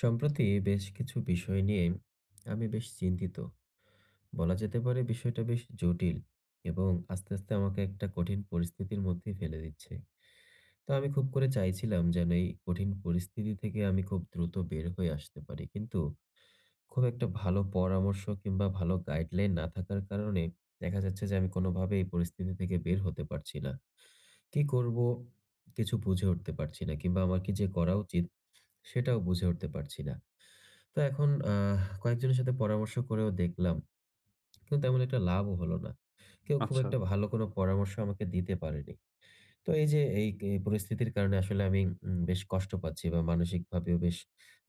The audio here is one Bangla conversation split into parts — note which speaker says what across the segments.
Speaker 1: সম্প্রতি বেশ কিছু বিষয় নিয়ে আমি বেশ চিন্তিত। বলা যেতে পারে বিষয়টা বেশ জটিল এবং আস্তে, আস্তে আমাকে একটা কঠিন পরিস্থিতির মধ্যেই ফেলে দিচ্ছে। তো আমি খুব করে চাইছিলাম যেন এই কঠিন পরিস্থিতি থেকে আমি খুব দ্রুত বের হয়ে আসতে পারি। কিন্তু খুব একটা ভালো পরামর্শ কিংবা ভালো গাইডলাইন না থাকার কারণে দেখা যাচ্ছে যে আমি কোনোভাবে এই পরিস্থিতি থেকে বের হতে পারছি না। কি করব? কিছু বুঝে উঠতে পারছি না কিংবা আমার কি যে করা উচিত? সেটাও বুঝে উঠতে পারছি না। তো এখন কয়েকজনের সাথে পরামর্শ করেও দেখলাম, কিন্তু তেমন একটা লাভও হলো না। কেউ খুব
Speaker 2: আচ্ছা।
Speaker 1: একটা ভালো কোনো পরামর্শ আমাকে দিতে পারেনি। তো এই যে এই এই পরিস্থিতির কারণে আসলে আমি বেশ কষ্ট পাচ্ছি বা মানসিক ভাবেও বেশ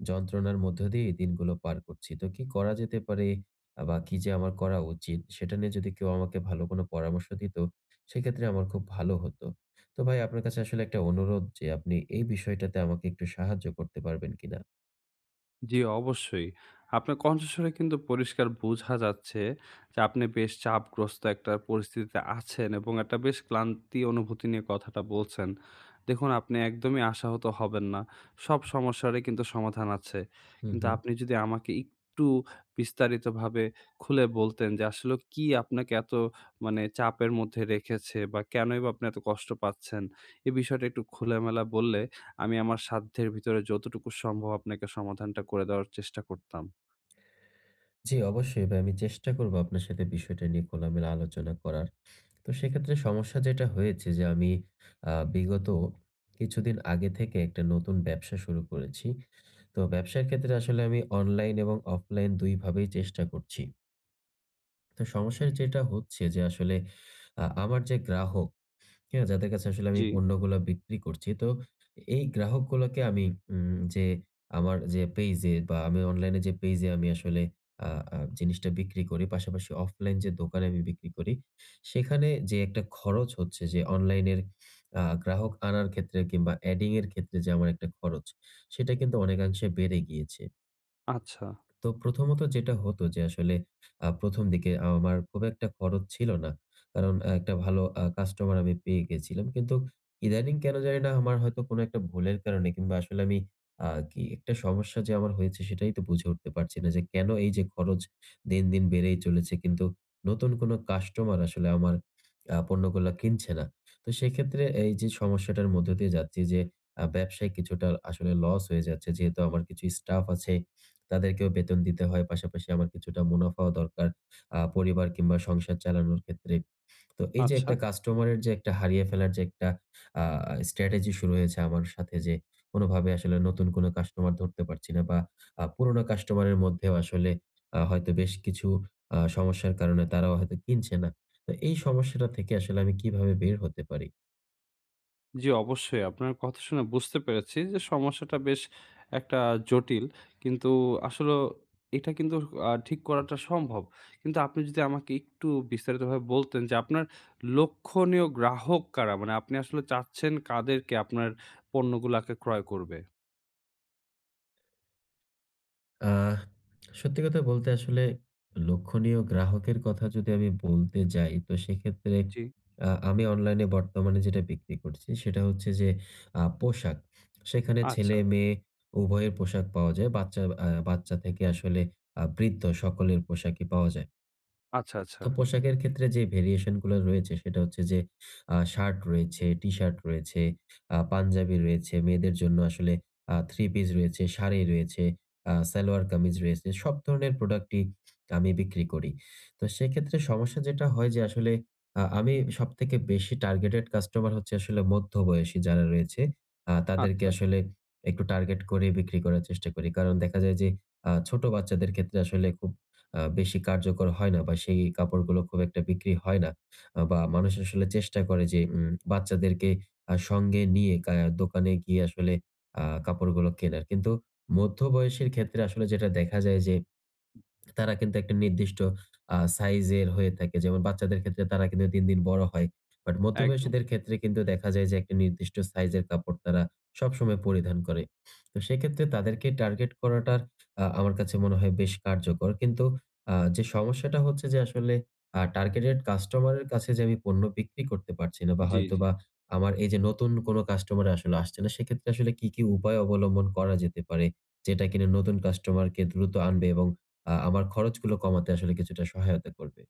Speaker 1: যন্ত্রণার মধ্য দিয়ে এই দিনগুলো পার করছি। তো কি করা যেতে পারে বা কি যে আমার করা উচিত সেটা নিয়ে যদি কেউ আমাকে ভালো কোনো পরামর্শ দিত, সেক্ষেত্রে আমার খুব ভালো হতো। তো ভাই, আপনার কাছে আসলে একটা অনুরোধ যে আপনি এই বিষয়টাতে আমাকে একটু সাহায্য করতে পারবেন কিনা।
Speaker 2: জি, অবশ্যই। আপনার কণ্ঠস্বরে কিন্তু পরিষ্কার বোঝা যাচ্ছে যে আপনি বেশ চাপগ্রস্ত একটা পরিস্থিতিতে আছেন এবং একটা বেশ ক্লান্তি অনুভূতি নিয়ে কথাটা বলছেন। দেখুন আপনি একদমই আশাহত হবেন না। সব সমস্যারই কিন্তু সমাধান আছে।
Speaker 1: হুম,
Speaker 2: কিন্তু
Speaker 1: হুম।
Speaker 2: আপনি যদি আমাকে একটু বিস্তারিতভাবে খুলে বলতেন যে আসলে কি আপনাকে এত মানে চাপের মধ্যে রেখেছে বা কেনই বা আপনি এত কষ্ট পাচ্ছেন? এই বিষয়টা একটু খোলামেলা বললে আমি আমার সাধ্যের ভিতরে যতটুকু সম্ভব আপনাকে সমাধানটা করে দেওয়ার চেষ্টা করতাম।
Speaker 1: জি, অবশ্যই ভাই। আমি চেষ্টা করব আপনার সাথে বিষয়টা নিয়ে খোলামেলা আলোচনা করার। তো সেক্ষেত্রে সমস্যা যেটা হয়েছে যে আমি বিগত কিছুদিন আগে থেকে একটা নতুন ব্যবসা শুরু করেছি। তো ব্যবসার ক্ষেত্রে আসলে আমি অনলাইন এবং অফলাইন ২ ভাবেই চেষ্টা করছি। তো সমস্যা যেটা হচ্ছে যে আসলে আমার যে গ্রাহক, হ্যাঁ, যাদের কাছে আসলে আমি
Speaker 2: জি।
Speaker 1: পণ্যগুলা বিক্রি করছি। তো এই গ্রাহকগুলাকে আমি যে আমার যে পেইজে বা আমি অনলাইনে যে পেইজে আমি আসলে আ আ জিনিসটা বিক্রি করি, পাশাপাশি অফলাইন যে দোকানে আমি বিক্রি করি, সেখানে যে একটা খরচ হচ্ছে, যে অনলাইনের গ্রাহক আনার ক্ষেত্রে কিংবা এডিং এর ক্ষেত্রে যে আমার একটা খরচ, সেটা কিন্তু অনেকাংশে বেড়ে গিয়েছে।
Speaker 2: আচ্ছা,
Speaker 1: তো প্রথমত যেটা হতো যে আসলে ১ম দিকে আমার খুব একটা খরচ ছিল না। কারণ একটা ভালো কাস্টমার আমি পেয়ে গেছিলাম। কিন্তু ইদানিং কেন জানি না, আমার হয়তো কোনো একটা ভুলের কারণে কিংবা আসলে আমি কি একটা সমস্যা যে আমার হয়েছে সেটাই তো বুঝে উঠতে পারছি না যে কেন এই যে খরচ দিন, দিন বেড়েই চলেছে কিন্তু নতুন কোনো কাস্টমার আসলে আমার পণ্যগুলা কিনছে না। তো সেক্ষেত্রে এই যে সমস্যাটার মধ্য দিয়ে যাচ্ছি, যে ব্যবসায় কিছুটা আসলে লস হয়ে যাচ্ছে। যেহেতু আমার কিছু স্টাফ আছে, তাদেরকেও বেতন দিতে হয়। পাশাপাশি আমার কিছুটা মুনাফাও দরকার, পরিবার কিংবা সংসার চালানোর ক্ষেত্রে। তো এই যে
Speaker 2: আচ্ছা।
Speaker 1: একটা কাস্টমারের যে একটা হারিয়ে ফেলার যে একটা আ স্ট্র্যাটেজি শুরু হয়েছে আমার সাথে, যে কোনোভাবে আসলে নতুন কোনো কাস্টমার ধরতে পারছি না বা পুরোনো কাস্টমারের মধ্যেও আসলে হয়তো বেশ কিছু সমস্যার কারণে তারাও হয়তো কিনছে না। তো এই সমস্যাটা থেকে আসলে আমি কিভাবে বের হতে পারি?
Speaker 2: জি, অবশ্যই আপনার কথা শুনে বুঝতে পেরেছি যে সমস্যাটা বেশ একটা জটিল। কিন্তু আসলেও এটা কিন্তু ঠিক করাটা সম্ভব। কিন্তু আপনি যদি আমাকে একটু বিস্তারিতভাবে বলতেন যে আপনার লক্ষণীয় গ্রাহক কারা? মানে আপনি আসলে চাচ্ছেন কাদেরকে আপনার পণ্যগুলাকে ক্রয় করবে?
Speaker 1: আহ সত্যি কথা বলতে আসলে লক্ষণীয় গ্রাহকের কথা যদি আমি বলতে যাই তো সেক্ষেত্রে
Speaker 2: জি।
Speaker 1: আমি অনলাইনে বর্তমানে যেটা বিক্রি করছি সেটা হচ্ছে যে পোশাক। সেখানে
Speaker 2: আচ্ছা,
Speaker 1: ছেলে মেয়ে উভয়ের পোশাক পাওয়া যায়। বাচ্চা থেকে আসলে বৃদ্ধ সকলের পোশাকই পাওয়া যায়।
Speaker 2: আচ্ছা, আচ্ছা,
Speaker 1: তো পোশাকের ক্ষেত্রে যে ভেরিয়েশন গুলো রয়েছে সেটা হচ্ছে যে শার্ট রয়েছে, টি-শার্ট রয়েছে, পাঞ্জাবি রয়েছে, মেয়েদের জন্য আসলে থ্রি পিস রয়েছে, শাড়ি রয়েছে, সালোয়ার কামিজ রয়েছে। সব ধরনের প্রোডাক্টই আমি বিক্রি করি। তো সেক্ষেত্রে সমস্যা যেটা হয় যে আসলে আ আমি সবথেকে বেশি টার্গেটেড কাস্টমার হচ্ছে আসলে মধ্যবয়সী যারা রয়েছে। তাদেরকে
Speaker 2: আচ্ছা।
Speaker 1: আসলে একটু টার্গেট করে বিক্রি করার চেষ্টা করি। কারণ দেখা যায় যে ছোট বাচ্চাদের ক্ষেত্রে আসলে খুব বেশি কার্যকর হয় না বা সেই কাপড়গুলো খুব একটা বিক্রি হয় না। বা মানুষ আসলে চেষ্টা করে যে বাচ্চাদেরকে সঙ্গে নিয়ে দোকানে গিয়ে আসলে কাপড়গুলো কেনার। কিন্তু মধ্য বয়সের ক্ষেত্রে আসলে যেটা দেখা যায় যে তারা কিন্তু একটা নির্দিষ্ট সাইজের হয়ে থাকে। যেমন বাচ্চাদের ক্ষেত্রে তারা কিন্তু দিন, দিন বড় হয়। বাট
Speaker 2: একদম।
Speaker 1: মধ্যবয়সীদের ক্ষেত্রে কিন্তু দেখা যায় যে একটা নির্দিষ্ট সাইজের কাপড় তারা সবসময় পরিধান করে। তো সেক্ষেত্রে তাদেরকে টার্গেট করাটার আমার কাছে মনে হয় বেশ কার্যকর। কিন্তু যে সমস্যাটা হচ্ছে যে আসলে টার্গেটেড কাস্টমারের কাছে যে আমি পণ্য বিক্রি করতে পারছি না, বা
Speaker 2: জি, জি।
Speaker 1: হয়তোবা আমার এই যে নতুন কোন কাস্টমার আসলে আসছে না, সেক্ষেত্রে আসলে কি, কি উপায় অবলম্বন করা যেতে পারে? যেটা কিনা নতুন কাস্টমারকে দ্রুত আনবে এবং আমার খরচগুলো কমাতে আসলে কিছুটা সহায়তা করবে।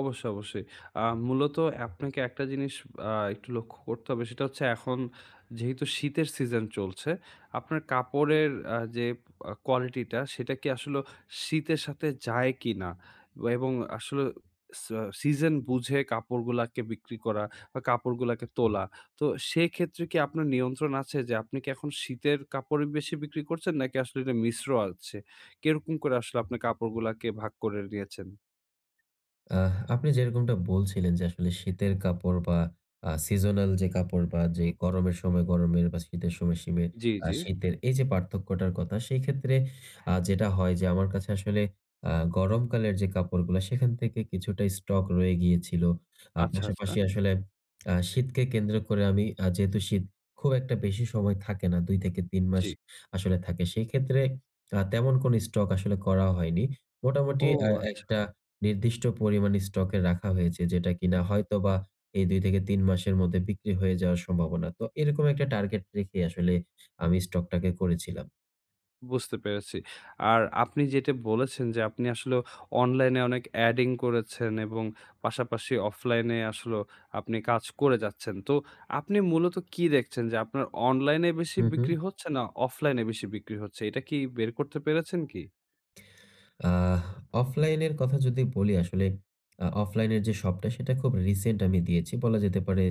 Speaker 2: অবশ্যই, অবশ্যই। মূলত আপনাকে একটা জিনিস একটু লক্ষ্য করতে হবে। সেটা হচ্ছে এখন যেহেতু শীতের সিজন চলছে, আপনার কাপড়ের যে কোয়ালিটিটা সেটা কি আসলে শীতের সাথে যায় কিনা? এবং আসলে সিজন বুঝে কাপড়গুলাকে বিক্রি করা বা কাপড়গুলাকে তোলা। তো সেক্ষেত্রে কি আপনার নিয়ন্ত্রণ আছে যে আপনি কি এখন শীতের কাপড়ই বেশি বিক্রি করছেন নাকি আসলে এটা মিশ্র আছে? কিরকম করে আসলে আপনার কাপড়গুলাকে ভাগ করে নিয়েছেন?
Speaker 1: আপনি যেরকমটা বলছিলেন যে আসলে শীতের কাপড় বা সিজনাল যে কাপড় বা যে গরমের সময় গরমের বা শীতের সময় শীতের
Speaker 2: জি, জি।
Speaker 1: শীতের এই যে পার্থক্যটার কথা, সেই ক্ষেত্রে যেটা হয় যে আমার কাছে আসলে গরমকালের যে কাপড়গুলো সেখান থেকে কিছুটা স্টক রয়ে গিয়েছিল।
Speaker 2: আচ্ছা, আচ্ছা।
Speaker 1: পাশাপাশি আসলে শীতকে কেন্দ্র করে আমি, যেহেতু শীত খুব একটা বেশি সময় থাকে না, ২-৩ মাস
Speaker 2: জি।
Speaker 1: আসলে থাকে, সেই ক্ষেত্রে তেমন কোনো স্টক আসলে করা হয়নি।
Speaker 2: ও
Speaker 1: মোটামুটি
Speaker 2: আচ্ছা,
Speaker 1: একটা নির্দিষ্ট পরিমাণ স্টকে রাখা হয়েছে যেটা কিনা হয়তোবা এই ২-৩ মাসের মধ্যে বিক্রি হয়ে যাওয়ার সম্ভাবনা। তো এরকম একটা টার্গেট রেখে আসলে আমি স্টকটাকে করেছিলাম।
Speaker 2: বুঝতে পেরেছি। আর আপনি যেটা বলেছেন যে, আপনি আসলে অনলাইনে অনেক অ্যাডিং করেছেন এবং পাশাপাশি অফলাইনে আসলেও আপনি কাজ করে যাচ্ছেন। তো আপনি মূলত কি দেখছেন যে, আপনার অনলাইনে বেশি
Speaker 1: হু, হু।
Speaker 2: বিক্রি হচ্ছে না অফলাইনে বেশি বিক্রি হচ্ছে? এটা কি বের করতে পেরেছেন কি?
Speaker 1: আহ অফলাইনের কথা যদি বলি, আসলে অফলাইনের যে শপটা সেটা খুব রিসেন্ট আমি দিয়েছি। বলা যেতে পারে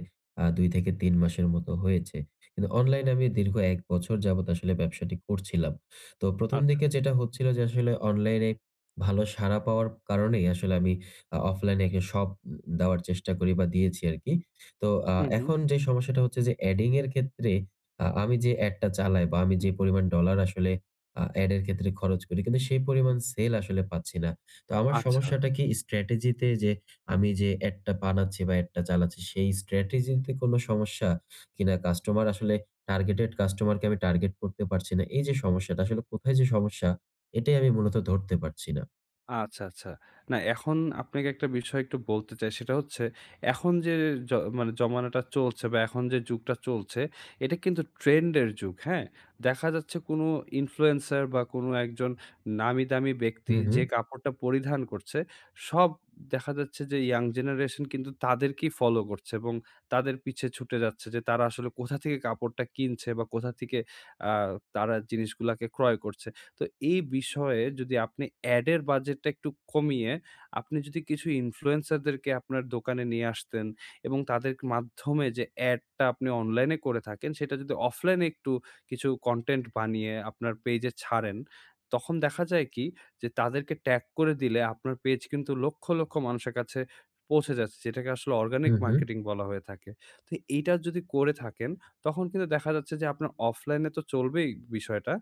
Speaker 1: ২ থেকে ৩ মাসের মতো হয়েছে। কিন্তু অনলাইনে আমি দীর্ঘ ১ বছর যাবত আসলে ব্যবসাটি করছিলাম। তো ১ম
Speaker 2: আচ্ছা।
Speaker 1: দিকে যেটা হচ্ছিল যে আসলে অনলাইনে ভালো সাড়া পাওয়ার কারণেই আসলে আমি অফলাইনে একটা শপ দেওয়ার চেষ্টা করি বা দিয়েছি আরকি। তো
Speaker 2: হুম, হুম।
Speaker 1: এখন যে সমস্যাটা হচ্ছে যে এডিং এর ক্ষেত্রে আমি যে এড টা চালাই বা আমি যে পরিমাণ ডলার আসলে এড এর ক্ষেত্রে খরচ করি, কিন্তু সেই পরিমাণ সেল আসলে পাচ্ছি না। তো আমার
Speaker 2: আচ্ছা।
Speaker 1: সমস্যাটা কি স্ট্র্যাটেজি তে, যে আমি যে এড টা বানাচ্ছি বা এড টা চালাচ্ছি সেই স্ট্র্যাটেজি তে কোনো সমস্যা, কিনা কাস্টমার আসলে টার্গেটেড কাস্টমারকে আমি টার্গেট করতে পারছি না, এই যে সমস্যাটা আসলে কোথায় যে সমস্যা, এটাই আমি মূলত ধরতে পারছি না।
Speaker 2: আচ্ছা, আচ্ছা। না এখন আপনাকে একটা বিষয় একটু বলতে চাই সেটা হচ্ছে এখন যে জ মানে জমানাটা চলছে বা এখন যে যুগটা চলছে এটা কিন্তু ট্রেন্ড এর যুগ, হ্যাঁ? দেখা যাচ্ছে কোনো ইনফ্লুয়েন্সার বা কোনো একজন নামি দামি ব্যক্তি
Speaker 1: হু, হু।
Speaker 2: যে কাপড়টা পরিধান করছে, সব দেখা যাচ্ছে যে ইয়াং জেনারেশন কিন্তু তাদেরকেই ফলো করছে এবং তাদের পিছে ছুটে যাচ্ছে যে তারা আসলে কোথা থেকে কাপড়টা কিনছে বা কোথা থেকে আ তারা জিনিসগুলাকে ক্রয় করছে। তো এই বিষয়ে যদি আপনি অ্যাডের বাজেটটা একটু কমিয়ে আপনি যদি কিছু ইনফ্লুয়েন্সারদেরকে আপনার দোকানে নিয়ে আসতেন এবং তাদের মাধ্যমে যে অ্যাডটা আপনি অনলাইনে করে থাকেন সেটা যদি অফলাইনে একটু কিছু কনটেন্ট বানিয়ে আপনার পেজে ছাড়েন, তখন দেখা যায় কি যে তাদেরকে ট্যাগ করে দিলে আপনার পেজ কিন্তু লক্ষ, লক্ষ মানুষের কাছে পৌঁছে যাচ্ছে। যেটাকে আসলে
Speaker 1: হু,
Speaker 2: অর্গানিক
Speaker 1: হু।
Speaker 2: মার্কেটিং বলা হয়ে থাকে। তো এইটা যদি করে থাকেন তখন কিন্তু দেখা যাচ্ছে যে আপনার অফলাইনে তো চলবেই বিষয়টা।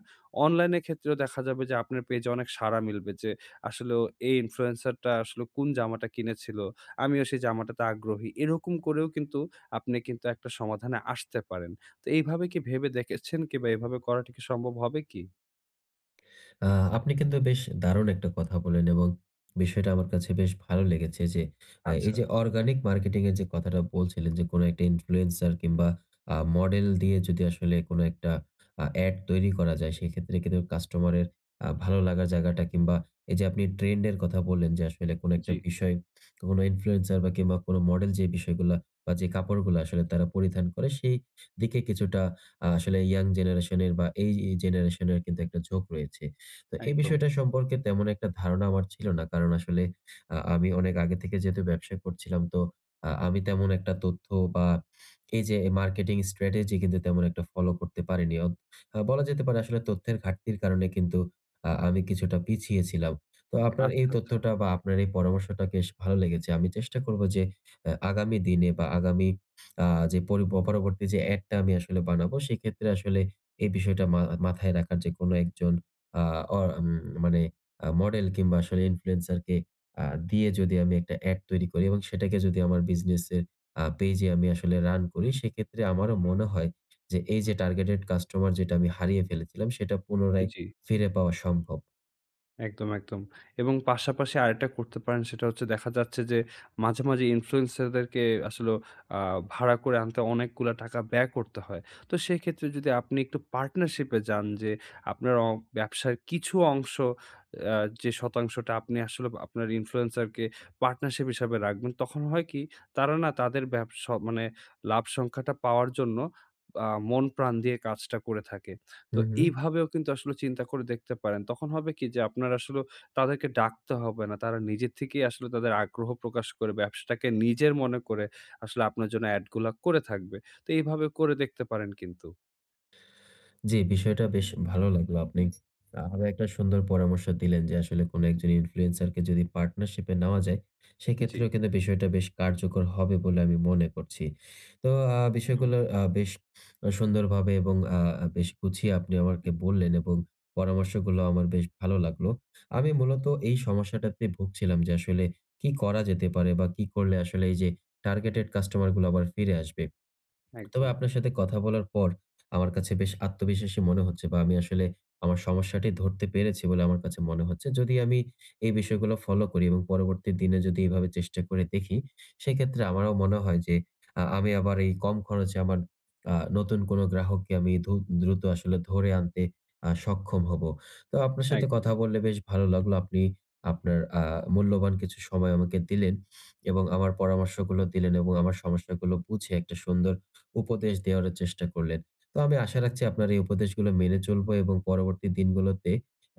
Speaker 2: অনলাইনের ক্ষেত্রেও দেখা যাবে যে আপনার পেজে অনেক সাড়া মিলবে যে আসলেও এই ইনফ্লুয়েন্সারটা আসলে কোন জামাটা কিনেছিল, আমিও সেই জামাটাতে আগ্রহী। এরকম করেও কিন্তু আপনি কিন্তু একটা সমাধানে আসতে পারেন। তো এইভাবে কি ভেবে দেখেছেন কিংবা এভাবে করাটা কি সম্ভব হবে কি?
Speaker 1: আ আপনি কিন্তু বেশ দারুণ একটা কথা বলেন এবং বিষয়টা আমার কাছে বেশ ভালো লেগেছে যে এই
Speaker 2: আচ্ছা,
Speaker 1: যে অর্গানিক মার্কেটিং এর যে কথাটা বলছিলেন, যে কোনো একটা ইনফ্লুয়েন্সার কিংবা মডেল দিয়ে যদি আসলে কোনো একটা এড তৈরি করা যায়, সেক্ষেত্রে কিন্তু কাস্টমারের ভালো লাগার জায়গাটা কিংবা এই যে আপনি ট্রেন্ড এর কথা বললেন যে আসলে কোনো
Speaker 2: জি,
Speaker 1: একটা বিষয়, কোনো ইনফ্লুয়েন্সার বা কিংবা কোনো মডেল যে বিষয়গুলা বা যে কাপড়গুলো আসলে তারা পরিধান করে সেই দিকে কিছুটা আসলে ইয়াং জেনারেশনের বা এই জেনারেশনের কিন্তু একটা ঝোঁক রয়েছে। তো এই
Speaker 2: একদম।
Speaker 1: বিষয়টা সম্পর্কে তেমন একটা ধারণা আমার ছিল না। কারণ আসলে আমি অনেক আগে থেকে যেহেতু ব্যবসা করছিলাম, তো আমি তেমন একটা তথ্য বা এই যে মার্কেটিং স্ট্র্যাটেজি কিন্তু তেমন একটা ফলো করতে পারিনি। অত আ বলা যেতে পারে আসলে তথ্যের ঘাটতির কারণে কিন্তু আমি কিছুটা পিছিয়ে ছিলাম। তো আপনার এই
Speaker 2: আচ্ছা, আচ্ছা।
Speaker 1: তথ্যটা বা আপনার এই পরামর্শটা বেশ ভালো লেগেছে। আমি চেষ্টা করব যে আগামী দিনে বা আগামী আ যে পরি পরবর্তী যে অ্যাডটা আমি আসলে বানাবো, সেক্ষেত্রে আসলে এই বিষয়টা মাথায় রাখার, যে কোনো একজন আ অ উম মানে মডেল কিংবা আসলে ইনফ্লুয়েন্সার কে আ দিয়ে যদি আমি একটা এড তৈরি করি এবং সেটাকে যদি আমার বিজনেসের পেইজে আমি আসলে রান করি, সেক্ষেত্রে আমারও মনে হয় যে এই যে টার্গেটেড কাস্টমার যেটা আমি হারিয়ে ফেলেছিলাম সেটা পুনরায়
Speaker 2: জি।
Speaker 1: ফিরে পাওয়া সম্ভব।
Speaker 2: একদম, একদম। এবং পাশাপাশি আরেকটা করতে পারেন সেটা হচ্ছে দেখা যাচ্ছে যে মাঝে, মাঝে ইনফ্লুয়েন্সার দেরকে আসলেও আ ভাড়া করে আনতে অনেকগুলা টাকা ব্যয় করতে হয়। তো সেক্ষেত্রে যদি আপনি একটু পার্টনারশিপ এ যান যে আপনার ব্যবসার কিছু অংশ আ যে শতাংশটা আপনি আসলে আপনার ইনফ্লুয়েন্সারকে পার্টনারশিপ হিসাবে রাখবেন। তখন হয় কি তারা না তাদের ব্যবসা মানে লাভ সংখ্যাটা পাওয়ার জন্য মন প্রাণ দিয়ে কাজটা করে থাকে। তো
Speaker 1: হু, হু।
Speaker 2: এইভাবেও কিন্তু আসলে চিন্তা করে দেখতে পারেন। তখন হবে কি যে আপনার আসলে তাদেরকে ডাকতে হবে না। তারা নিজে থেকেই আসলে তাদের আগ্রহ প্রকাশ করে ব্যবসাটাকে নিজের মনে করে আসলে আপনার জন্য এড গুলা করে থাকবে। তো এইভাবে করে দেখতে পারেন কিন্তু।
Speaker 1: জি, বিষয়টা বেশ ভালো লাগলো। আপনি আরো একটা সুন্দর পরামর্শ দিলেন যে আসলে কোন একজন ইনফ্লুয়েন্সারকে যদি পার্টনারশিপ এ নেওয়া যায়,
Speaker 2: জি,
Speaker 1: সেক্ষেত্রেও কিন্তু বিষয়টা বেশ কার্যকর হবে বলে আমি মনে করছি। তো
Speaker 2: একদম,
Speaker 1: বিষয়গুলো বেশ সুন্দরভাবে এবং বেশ গুছিয়ে আপনি আমাকে বললেন এবং পরামর্শগুলো আমার বেশ ভালো লাগলো। আমি মূলত এই সমস্যাটাতে ভুগছিলাম যে আসলে কি করা যেতে পারে বা কি করলে আসলে এই যে টার্গেটেড কাস্টমার গুলো আবার ফিরে আসবে? তবে
Speaker 2: একদম,
Speaker 1: আপনার সাথে কথা বলার পর আমার কাছে বেশ আত্মবিশ্বাসী মনে হচ্ছে, বা আমি আসলে আমার সমস্যাটি ধরতে পেরেছি বলে আমার কাছে মনে হচ্ছে। যদি আমি এই বিষয়গুলো ফলো করি এবং পরবর্তী দিনে যদি এভাবে চেষ্টা করে দেখি, সেক্ষেত্রে আমারও মনে হয় যে আমি আবার এই কম খরচে আমার নতুন কোনো গ্রাহককে আমি দ্রুত আসলে ধরে আনতে সক্ষম হবো। তো আপনার সাথে
Speaker 2: একদম।
Speaker 1: কথা বললে বেশ ভালো লাগলো। আপনার মূল্যবান কিছু সময় আমাকে দিলেন এবং আমার পরামর্শগুলো দিলেন এবং আমার সমস্যাগুলো বুঝে একটা সুন্দর উপদেশ দেওয়ার চেষ্টা করলেন। তো আমি আশা রাখছি আপনার এই উপদেশগুলো মেনে চলবো এবং পরবর্তী দিনগুলোতে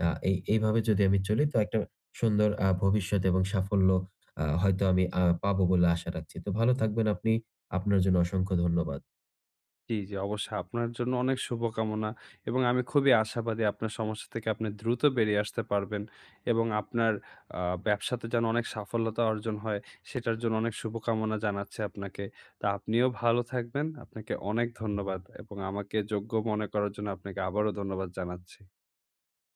Speaker 1: আ এই এইভাবে যদি আমি চলি তো একটা সুন্দর ভবিষ্যৎ এবং সাফল্য হয়তো আমি পাবো বলে আশা রাখছি। তো ভালো থাকবেন আপনি। আপনার জন্য অসংখ্য ধন্যবাদ।
Speaker 2: জি, জি, অবশ্যই আপনার জন্য অনেক শুভকামনা এবং আমি খুবই আশাবাদী আপনার সমস্যা থেকে আপনি দ্রুত বেরিয়ে আসতে পারবেন এবং আপনার আ ব্যবসাতে যেন অনেক সাফল্যতা অর্জন হয়, সেটার জন্য অনেক শুভকামনা জানাচ্ছি আপনাকে। তো আপনিও ভালো থাকবেন। আপনাকে অনেক ধন্যবাদ এবং আমাকে যোগ্য মনে করার জন্য আপনাকে আবারও ধন্যবাদ জানাচ্ছি।